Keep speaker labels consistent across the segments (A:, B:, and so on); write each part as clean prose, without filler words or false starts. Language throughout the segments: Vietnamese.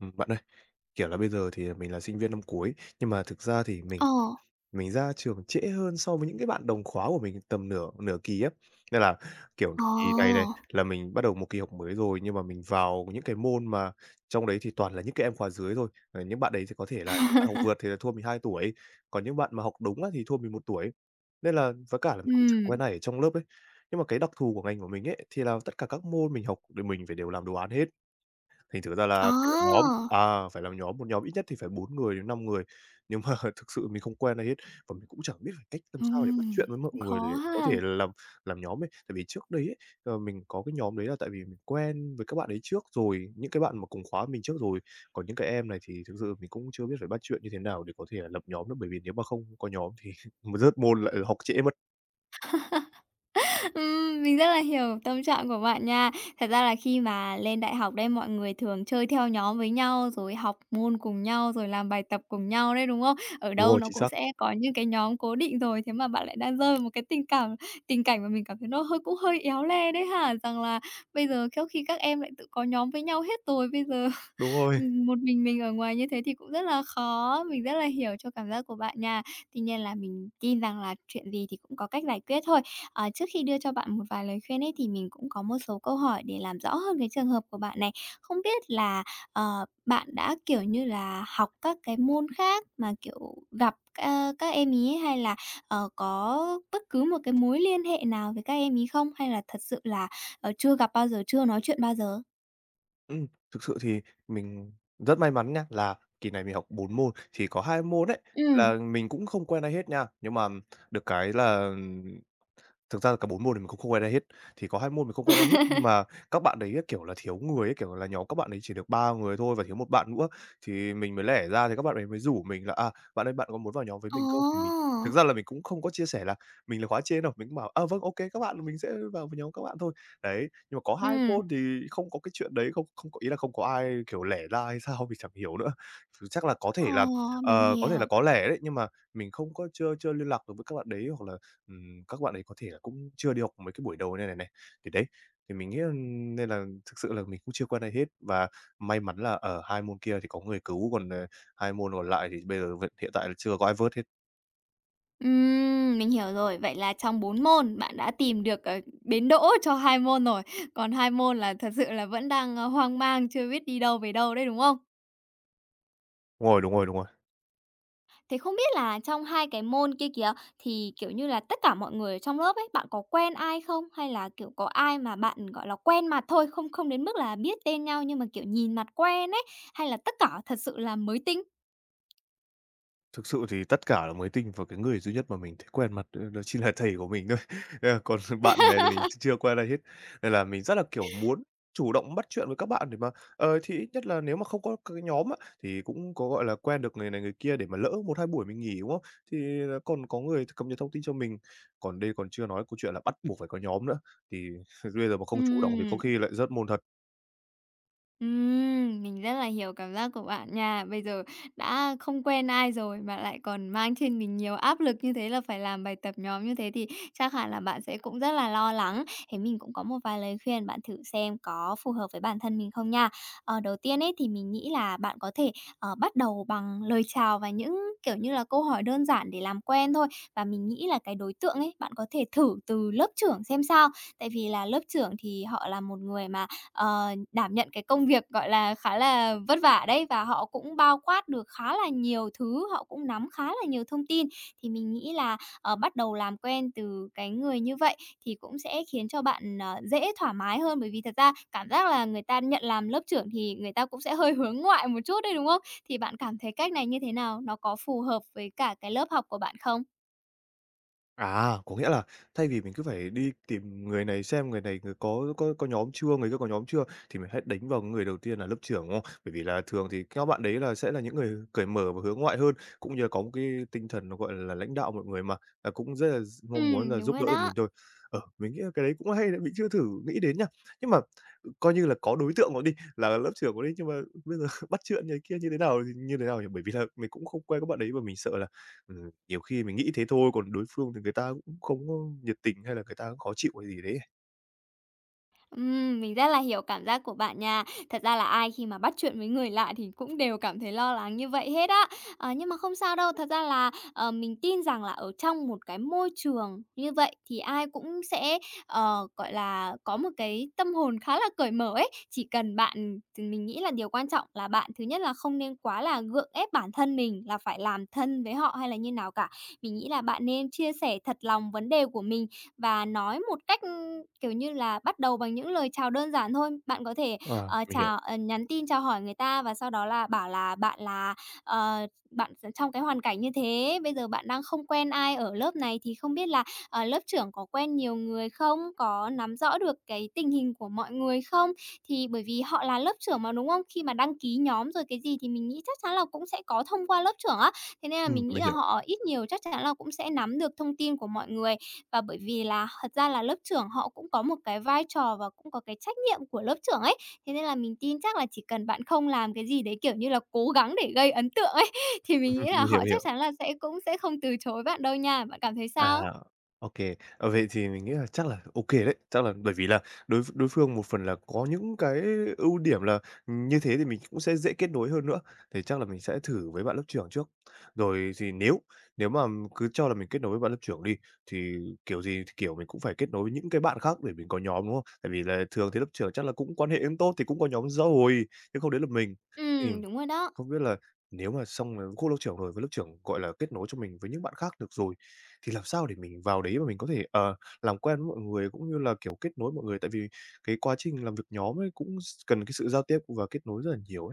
A: Bạn ơi, kiểu là, bây giờ thì, à, mình là sinh viên năm cuối, nhưng mà thực ra thì mình
B: Ờ,
A: mình ra trường trễ hơn so với những cái bạn đồng khóa của mình tầm nửa nửa kỳ á. Nên là, kiểu,
B: ờ.
A: kỳ này này là mình bắt đầu một kỳ học mới rồi, nhưng mà mình vào những cái môn mà trong đấy thì toàn là những cái em khóa dưới thôi. Ờ, những bạn đấy thì có thể là những bạn học vượt thì là thua mình 2 tuổi, còn những bạn mà học đúng á thì thua mình 1 tuổi. Nên là với cả là mình cũng chẳng quen
B: Ừm.
A: ai ở trong lớp ấy. Nhưng mà cái đặc thù của ngành của mình ấy, thì là tất cả các môn mình học thì mình phải đều làm đồ án hết. Thành thử ra
B: Ồ.
A: là phải làm nhóm à, phải làm nhóm, một nhóm ít nhất thì phải 4 người đến 5 người. Nhưng mà thực sự mình không quen ai hết và mình cũng chẳng biết phải cách làm sao để bắt chuyện
B: Ừm,
A: với mọi
B: cũng
A: người để
B: khó
A: có thể
B: ha.
A: làm nhóm ấy. Tại vì trước đấy ấy, mình có cái nhóm đấy là tại vì mình quen với các bạn ấy trước rồi, những cái bạn mà cùng khóa mình trước rồi. Còn những cái em này thì thực sự mình cũng chưa biết phải bắt chuyện như thế nào để có thể là lập nhóm nữa, bởi vì nếu mà không có nhóm thì rớt môn lại học trễ mất.
B: Mình rất là hiểu tâm trạng của bạn nha. Thật ra là khi mà lên đại học đây, mọi người thường chơi theo nhóm với nhau, rồi học môn cùng nhau, rồi làm bài tập cùng nhau đấy, đúng không? Ở
A: Đúng
B: đâu
A: rồi,
B: nó
A: chính
B: cũng
A: xác.
B: sẽ có những cái nhóm cố định rồi, thế mà bạn lại đang rơi vào một cái tình cảnh mà mình cảm thấy nó hơi cũng hơi éo le đấy hả? Rằng là bây giờ khéo khi các em lại tự có nhóm với nhau hết rồi, bây giờ.
A: Đúng rồi.
B: Một mình ở ngoài như thế thì cũng rất là khó, mình rất là hiểu cho cảm giác của bạn nha. Tuy nhiên là mình tin rằng là chuyện gì thì cũng có cách giải quyết thôi. Ờ, trước khi đưa cho bạn một vài lời khuyên ấy, thì mình cũng có một số câu hỏi để làm rõ hơn cái trường hợp của bạn này. Không biết là, bạn đã, kiểu như là, học các cái môn khác mà, kiểu, gặp các em ý ấy hay là, có bất cứ một cái mối liên hệ nào với các em ý không? Hay là thật sự là, chưa gặp bao giờ, chưa nói chuyện bao giờ?
A: Thực sự thì mình rất may mắn nha, là kỳ này mình học 4 môn, thì có 2 môn ấy
B: Ừm.
A: là mình cũng không quen ai hết nha. Nhưng mà được cái là thực ra là cả 4 môn thì mình cũng không ai ra hết, thì có 2 môn mình không ai ra hết, nhưng mà các bạn đấy á, kiểu là, thiếu người ấy, kiểu là, nhóm các bạn ấy chỉ được 3 người thôi và thiếu một bạn nữa, thì mình mới lẻ ra thì các bạn ấy mới rủ mình là "À, bạn ơi, bạn có muốn vào nhóm với
B: Ồ!
A: mình không?" Thì mình thực ra là mình cũng không có chia sẻ là mình là khóa trên đâu, mình cũng bảo: "À, vâng, ô kê, các bạn, mình sẽ vào với nhóm các bạn thôi." Đấy, nhưng mà có hai
B: Ừm.
A: môn thì không có cái chuyện đấy, không không có ý là không có ai, kiểu, lẻ ra hay sao mình chẳng hiểu nữa. Chắc là có thể
B: Ờ,
A: là,
B: mình
A: ờ, có thể là
B: hiểu.
A: có lẻ đấy, nhưng mà mình không có chưa chưa liên lạc được với các bạn đấy hoặc là các bạn ấy có thể là cũng chưa đi học mấy cái buổi đầu này này này. Thì đấy, thì mình nghĩ là nên là thực sự là mình cũng chưa qua đây hết và may mắn là ở 2 môn kia thì có người cứu, còn, 2 môn còn lại thì bây giờ hiện tại là chưa có ai vớt hết.
B: Mình hiểu rồi. Vậy là trong bốn môn bạn đã tìm được, ờ, bến đỗ cho 2 môn rồi, còn 2 môn là thật sự là vẫn đang, hoang mang chưa biết đi đâu về đâu đấy, đúng không?
A: Đúng rồi, đúng rồi, đúng rồi.
B: Thế không biết là trong hai cái môn kia kìa, thì, kiểu như là, tất cả mọi người ở trong lớp ấy, bạn có quen ai không? Hay là, kiểu, có ai mà bạn, gọi là, quen mặt thôi, không không đến mức là biết tên nhau nhưng mà, kiểu, nhìn mặt quen ấy, hay là tất cả thật sự là mới tinh?
A: Thực sự thì tất cả là mới tinh và cái người duy nhất mà mình thấy quen mặt đó đó chính là thầy của mình thôi. Thế là còn bạn này thì mình chưa quen ai hết. Nên là mình rất là, kiểu, muốn chủ động bắt chuyện với các bạn để mà, thì ít nhất là nếu mà không có cái nhóm á, thì cũng có, gọi là, quen được người này người kia để mà lỡ một 2 buổi mình nghỉ, đúng không? Thì là còn có người cập nhật thông tin cho mình. Còn đây còn chưa nói câu chuyện là bắt buộc phải có nhóm nữa, thì bây giờ mà không chủ động thì có
B: Ừm.
A: khi lại rớt môn thật.
B: Mình rất là hiểu cảm giác của bạn nha. Bây giờ đã không quen ai rồi mà lại còn mang trên mình nhiều áp lực như thế là phải làm bài tập nhóm như thế thì chắc hẳn là bạn sẽ cũng rất là lo lắng. Thế mình cũng có một vài lời khuyên, bạn thử xem có phù hợp với bản thân mình không nha. Ờ, đầu tiên ấy thì mình nghĩ là bạn có thể, bắt đầu bằng lời chào và những, kiểu như là, câu hỏi đơn giản để làm quen thôi. Và mình nghĩ là cái đối tượng ấy, bạn có thể thử từ lớp trưởng xem sao. Tại vì là lớp trưởng thì họ là một người mà đảm nhận cái công việc, gọi là, khá là vất vả đấy, và họ cũng bao quát được khá là nhiều thứ, họ cũng nắm khá là nhiều thông tin. Thì mình nghĩ là, bắt đầu làm quen từ cái người như vậy thì cũng sẽ khiến cho bạn, dễ thoải mái hơn, bởi vì thật ra cảm giác là người ta nhận làm lớp trưởng thì người ta cũng sẽ hơi hướng ngoại một chút đấy, đúng không? Thì bạn cảm thấy cách này như thế nào? Nó có phù hợp với cả cái lớp học của bạn không?
A: À, có nghĩa là thay vì mình cứ phải đi tìm người này xem người này người có nhóm chưa, người kia có nhóm chưa, thì mình hãy đánh vào người đầu tiên là lớp trưởng, đúng không? Bởi vì là thường thì các bạn đấy là sẽ là những người cởi mở và hướng ngoại hơn, cũng như là có một cái tinh thần nó, gọi là, lãnh đạo mọi người mà, là cũng rất là mong muốn là
B: Đúng
A: giúp
B: rồi
A: đỡ được
B: đó.
A: mình thôi. Ờ, mình nghĩ là cái đấy cũng hay đấy, mình chưa thử nghĩ đến nha. Nhưng mà, coi như là có đối tượng rồi đi, là lớp trưởng rồi đi, nhưng mà bây giờ bắt chuyện này kia như thế nào thì như thế nào nhỉ? Bởi vì là mình cũng không quen các bạn đấy và mình sợ là nhiều khi mình nghĩ thế thôi, còn đối phương thì người ta cũng không có nhiệt tình hay là người ta cũng khó chịu hay gì đấy.
B: Mình rất là hiểu cảm giác của bạn nha. Thật ra là ai khi mà bắt chuyện với người lạ thì cũng đều cảm thấy lo lắng như vậy hết á. Ờ, nhưng mà không sao đâu, thật ra là, mình tin rằng là ở trong một cái môi trường như vậy thì ai cũng sẽ, gọi là, có một cái tâm hồn khá là cởi mở ấy. Chỉ cần bạn thì mình nghĩ là điều quan trọng là bạn thứ nhất là không nên quá là gượng ép bản thân mình là phải làm thân với họ hay là như nào cả. Mình nghĩ là bạn nên chia sẻ thật lòng vấn đề của mình và nói một cách, kiểu như là, bắt đầu bằng những lời chào đơn giản thôi. Bạn có thể,
A: Mình hiểu,
B: nhắn tin chào hỏi người ta và sau đó là bảo là bạn là, ờ, bạn trong cái hoàn cảnh như thế, bây giờ bạn đang không quen ai ở lớp này thì không biết là, lớp trưởng có quen nhiều người không? Có nắm rõ được cái tình hình của mọi người không? Thì bởi vì họ là lớp trưởng mà, đúng không? Khi mà đăng ký nhóm rồi cái gì thì mình nghĩ chắc chắn là cũng sẽ có thông qua lớp trưởng á, thế nên là mình nghĩ
A: mình
B: là
A: hiểu.
B: họ ít nhiều chắc chắn là cũng sẽ nắm được thông tin của mọi người. Và bởi vì là thật ra là lớp trưởng họ cũng có một cái vai trò và cũng có cái trách nhiệm của lớp trưởng ấy, thế nên là mình tin chắc là chỉ cần bạn không làm cái gì đấy, kiểu như là, cố gắng để gây ấn tượng ấy, thì mình nghĩ là
A: Mình hiểu,
B: họ
A: mình
B: chắc
A: hiểu.
B: chắn là cũng sẽ không từ chối bạn đâu nha. Bạn cảm thấy
A: À,
B: sao?
A: ô vậy thì mình nghĩ là chắc là đấy. Chắc là bởi vì là đối đối phương một phần là có những cái ưu điểm là như thế thì mình cũng sẽ dễ kết nối hơn nữa, thì chắc là mình sẽ thử với bạn lớp trưởng trước. Rồi thì nếu nếu mà cứ cho là mình kết nối với bạn lớp trưởng đi, thì kiểu gì thì, kiểu, mình cũng phải kết nối với những cái bạn khác để mình có nhóm, đúng không? Tại vì là thường thì lớp trưởng chắc là cũng quan hệ cũng tốt thì cũng có nhóm xã hội, chứ không đến là mình. Thì
B: Đúng rồi đó.
A: không biết là nếu mà xong là cô lớp trưởng rồi, với lớp trưởng, gọi là, kết nối cho mình với những bạn khác được rồi, thì làm sao để mình vào đấy mà mình có thể, làm quen với mọi người cũng như là, kiểu, kết nối mọi người? Tại vì cái quá trình làm việc nhóm ấy cũng cần cái sự giao tiếp và kết nối rất là nhiều.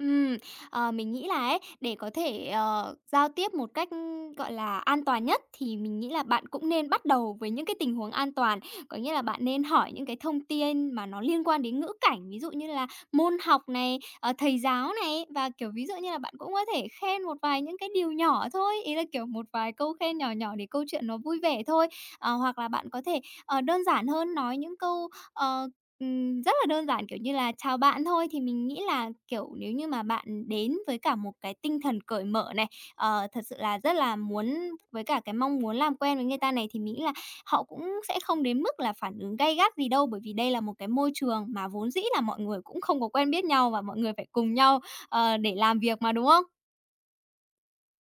B: Ừm, mình nghĩ là ấy, để có thể, giao tiếp một cách, gọi là, an toàn nhất thì mình nghĩ là bạn cũng nên bắt đầu với những cái tình huống an toàn. Có nghĩa là bạn nên hỏi những cái thông tin mà nó liên quan đến ngữ cảnh, ví dụ như là môn học này, thầy giáo này, và, kiểu, ví dụ như là bạn cũng có thể khen một vài những cái điều nhỏ thôi, ý là, kiểu, một vài câu khen nhỏ nhỏ để câu chuyện nó vui vẻ thôi. Ờ, hoặc là bạn có thể, đơn giản hơn nói những câu, rất là đơn giản, kiểu như là, chào bạn thôi. Thì mình nghĩ là, kiểu, nếu như mà bạn đến với cả một cái tinh thần cởi mở này, thật sự là rất là muốn với cả cái mong muốn làm quen với người ta này, thì mình nghĩ là họ cũng sẽ không đến mức là phản ứng gay gắt gì đâu. Bởi vì đây là một cái môi trường mà vốn dĩ là mọi người cũng không có quen biết nhau và mọi người phải cùng nhau, để làm việc mà, đúng không?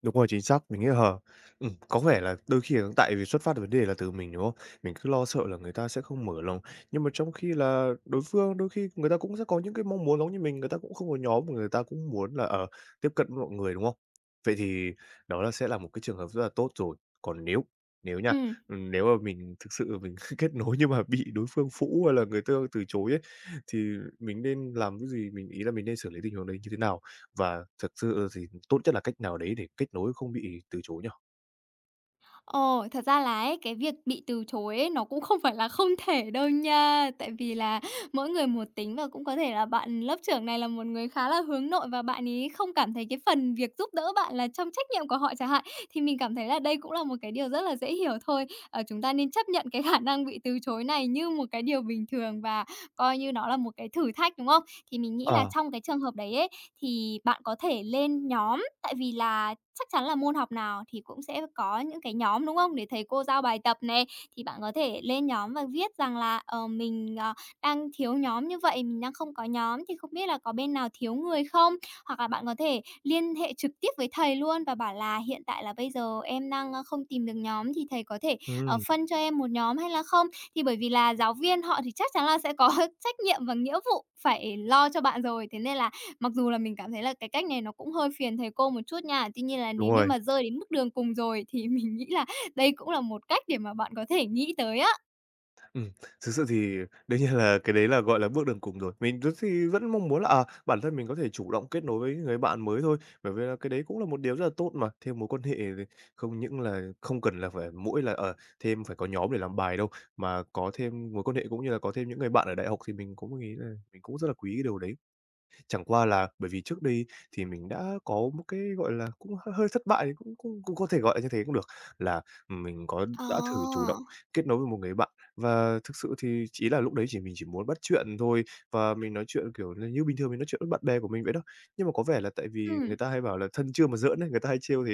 A: Đúng rồi, chính xác. Mình nghĩ là có vẻ là đôi khi là tại vì xuất phát từ vấn đề là từ mình, đúng không? Mình cứ lo sợ là người ta sẽ không mở lòng, nhưng mà trong khi là đối phương đôi khi người ta cũng sẽ có những cái mong muốn giống như mình, người ta cũng không có nhóm mà người ta cũng muốn là, tiếp cận với mọi người, đúng không? Vậy thì đó là sẽ là một cái trường hợp rất là tốt rồi. Còn nếu nếu nha,
B: Ừm.
A: nếu mà mình thực sự mình kết nối nhưng mà bị đối phương phũ hay là người ta từ chối ấy, thì mình nên làm cái gì? Mình ý là mình nên xử lý tình huống đấy như thế nào? Và thực sự thì tốt nhất là cách nào đấy để kết nối không bị từ chối nhỉ?
B: Ồ, thật ra là ấy, cái việc bị từ chối ấy, nó cũng không phải là không thể đâu nha. Tại vì là mỗi người một tính và cũng có thể là bạn lớp trưởng này là một người khá là hướng nội và bạn ấy không cảm thấy cái phần việc giúp đỡ bạn là trong trách nhiệm của họ chẳng hạn. Thì mình cảm thấy là đây cũng là một cái điều rất là dễ hiểu thôi. Ờ, chúng ta nên chấp nhận cái khả năng bị từ chối này như một cái điều bình thường và coi như nó là một cái thử thách, đúng không? Thì mình nghĩ là
A: Ờ,
B: trong cái trường hợp đấy ấy, thì bạn có thể lên nhóm. Tại vì là chắc chắn là môn học nào thì cũng sẽ có những cái nhóm, đúng không? Để thầy cô giao bài tập này, thì bạn có thể lên nhóm và viết rằng là, mình, đang thiếu nhóm như vậy, mình đang không có nhóm thì không biết là có bên nào thiếu người không? Hoặc là bạn có thể liên hệ trực tiếp với thầy luôn và bảo là hiện tại là bây giờ em đang, không tìm được nhóm thì thầy có thể,
A: ừm.
B: phân cho em một nhóm hay là không? Thì bởi vì là giáo viên họ thì chắc chắn là sẽ có trách nhiệm và nghĩa vụ phải lo cho bạn rồi, thế nên là. Mặc dù là mình cảm thấy là cái cách này nó cũng hơi phiền thầy cô một chút nha. Tuy nhiên là
A: Đúng
B: nếu như
A: rồi.
B: mà rơi đến mức đường cùng rồi thì mình nghĩ là đây cũng là một cách để mà bạn có thể nghĩ tới á.
A: Ừm, Thực sự thì đương nhiên là cái đấy là, gọi là, bước đường cùng rồi. Mình rất thì vẫn mong muốn là, à, bản thân mình có thể chủ động kết nối với người bạn mới thôi, bởi vì là cái đấy cũng là một điều rất là tốt mà. Thêm mối quan hệ thì không những là không cần là phải mỗi là, ở thêm phải có nhóm để làm bài đâu, mà có thêm mối quan hệ cũng như là có thêm những người bạn ở đại học thì mình cũng nghĩ là mình cũng rất là quý cái điều đấy. Chẳng qua là bởi vì trước đây thì mình đã có một cái, gọi là, cũng hơi hơi thất bại, cũng cũng cũng có thể gọi là như thế cũng được, là mình có
B: Ờ.
A: đã thử chủ động kết nối với một người bạn. Và thực sự thì chỉ là lúc đấy chỉ mình chỉ muốn bắt chuyện thôi, và mình nói chuyện, kiểu là, như bình thường mình nói chuyện với bạn bè của mình vậy đó. Nhưng mà có vẻ là tại vì người
B: Ừm.
A: ta hay bảo là thân chưa mà giỡn ấy, người ta hay trêu thế,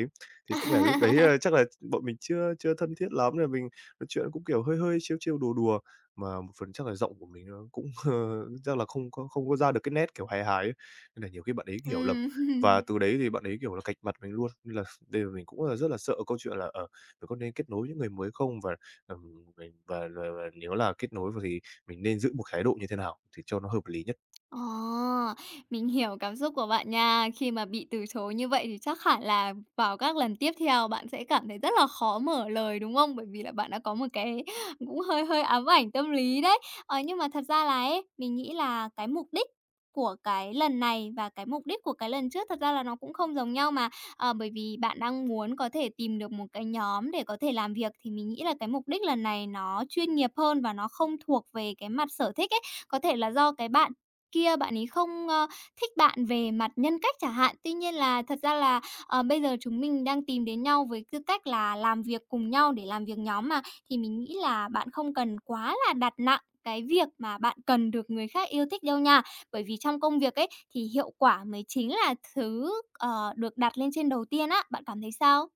A: thì có vẻ lúc đấy, chắc là bọn mình chưa chưa thân thiết lắm nên là mình nói chuyện cũng, kiểu, hơi hơi trêu trêu, đùa đùa mà một phần chắc là giọng của mình nó cũng, chắc là không có ra được cái nét, kiểu, hài hài ấy, nên là nhiều khi bạn ấy hiểu lầm. Và
B: Ừm.
A: từ đấy thì bạn ấy, kiểu là, cạch mặt mình luôn, nên là đây là mình cũng là rất là sợ câu chuyện là, mình có nên kết nối những người mới không? Và, mình và nếu là kết nối thì mình nên giữ một thái độ như thế nào thì cho nó hợp lý nhất?
B: Ờ, mình hiểu cảm xúc của bạn nha. Khi mà bị từ chối như vậy thì chắc hẳn là vào các lần tiếp theo bạn sẽ cảm thấy rất là khó mở lời, đúng không? Bởi vì là bạn đã có một cái cũng hơi hơi ám ảnh tâm lý đấy. Ờ, nhưng mà thật ra là ấy, mình nghĩ là cái mục đích của cái lần này và cái mục đích của cái lần trước thật ra là nó cũng không giống nhau mà. Ờ, bởi vì bạn đang muốn có thể tìm được một cái nhóm để có thể làm việc thì mình nghĩ là cái mục đích lần này nó chuyên nghiệp hơn và nó không thuộc về cái mặt sở thích ấy. Có thể là do cái bạn kia, bạn ấy không, thích bạn về mặt nhân cách chẳng hạn. Tuy nhiên là thật ra là, bây giờ chúng mình đang tìm đến nhau với tư cách là làm việc cùng nhau để làm việc nhóm mà, thì mình nghĩ là bạn không cần quá là đặt nặng cái việc mà bạn cần được người khác yêu thích đâu nha. Bởi vì trong công việc ấy, thì hiệu quả mới chính là thứ, được đặt lên trên đầu tiên á. Bạn cảm thấy sao?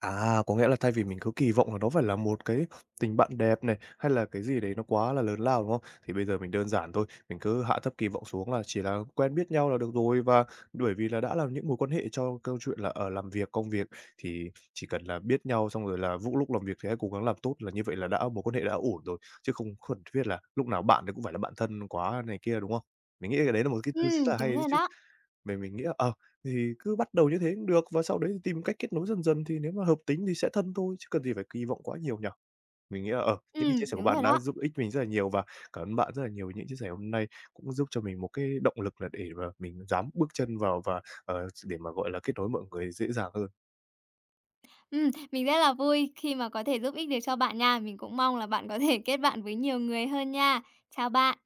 A: À, có nghĩa là thay vì mình cứ kỳ vọng là nó phải là một cái tình bạn đẹp này, hay là cái gì đấy nó quá là lớn lao, đúng không? Thì bây giờ mình đơn giản thôi, mình cứ hạ thấp kỳ vọng xuống là chỉ là quen biết nhau là được rồi và bởi vì là đã là những mối quan hệ cho câu chuyện là, ở làm việc, công việc thì chỉ cần là biết nhau xong rồi là vũ lúc làm việc thì hãy cố gắng làm tốt là như vậy là đã mối quan hệ đã ổn rồi, chứ không cần thiết là lúc nào bạn ấy cũng phải là bạn thân quá này kia, đúng không? Mình nghĩ cái đấy là một cái thứ rất là hay
B: Đúng
A: đấy
B: rồi
A: chứ.
B: đó.
A: Mình nghĩ là, thì cứ bắt đầu như thế cũng được và sau đấy thì tìm cách kết nối dần dần thì nếu mà hợp tính thì sẽ thân thôi, chứ cần gì phải kỳ vọng quá nhiều nhở. Mình nghĩ là, những cái chia sẻ của
B: Đúng
A: bạn
B: rồi
A: đã
B: đó.
A: giúp ích mình rất là nhiều và cảm ơn bạn rất là nhiều với những chia sẻ hôm nay, cũng giúp cho mình một cái động lực là để mà mình dám bước chân vào và, để mà, gọi là, kết nối mọi người dễ dàng hơn.
B: Mình rất là vui khi mà có thể giúp ích được cho bạn nha. Mình cũng mong là bạn có thể kết bạn với nhiều người hơn nha. Chào bạn.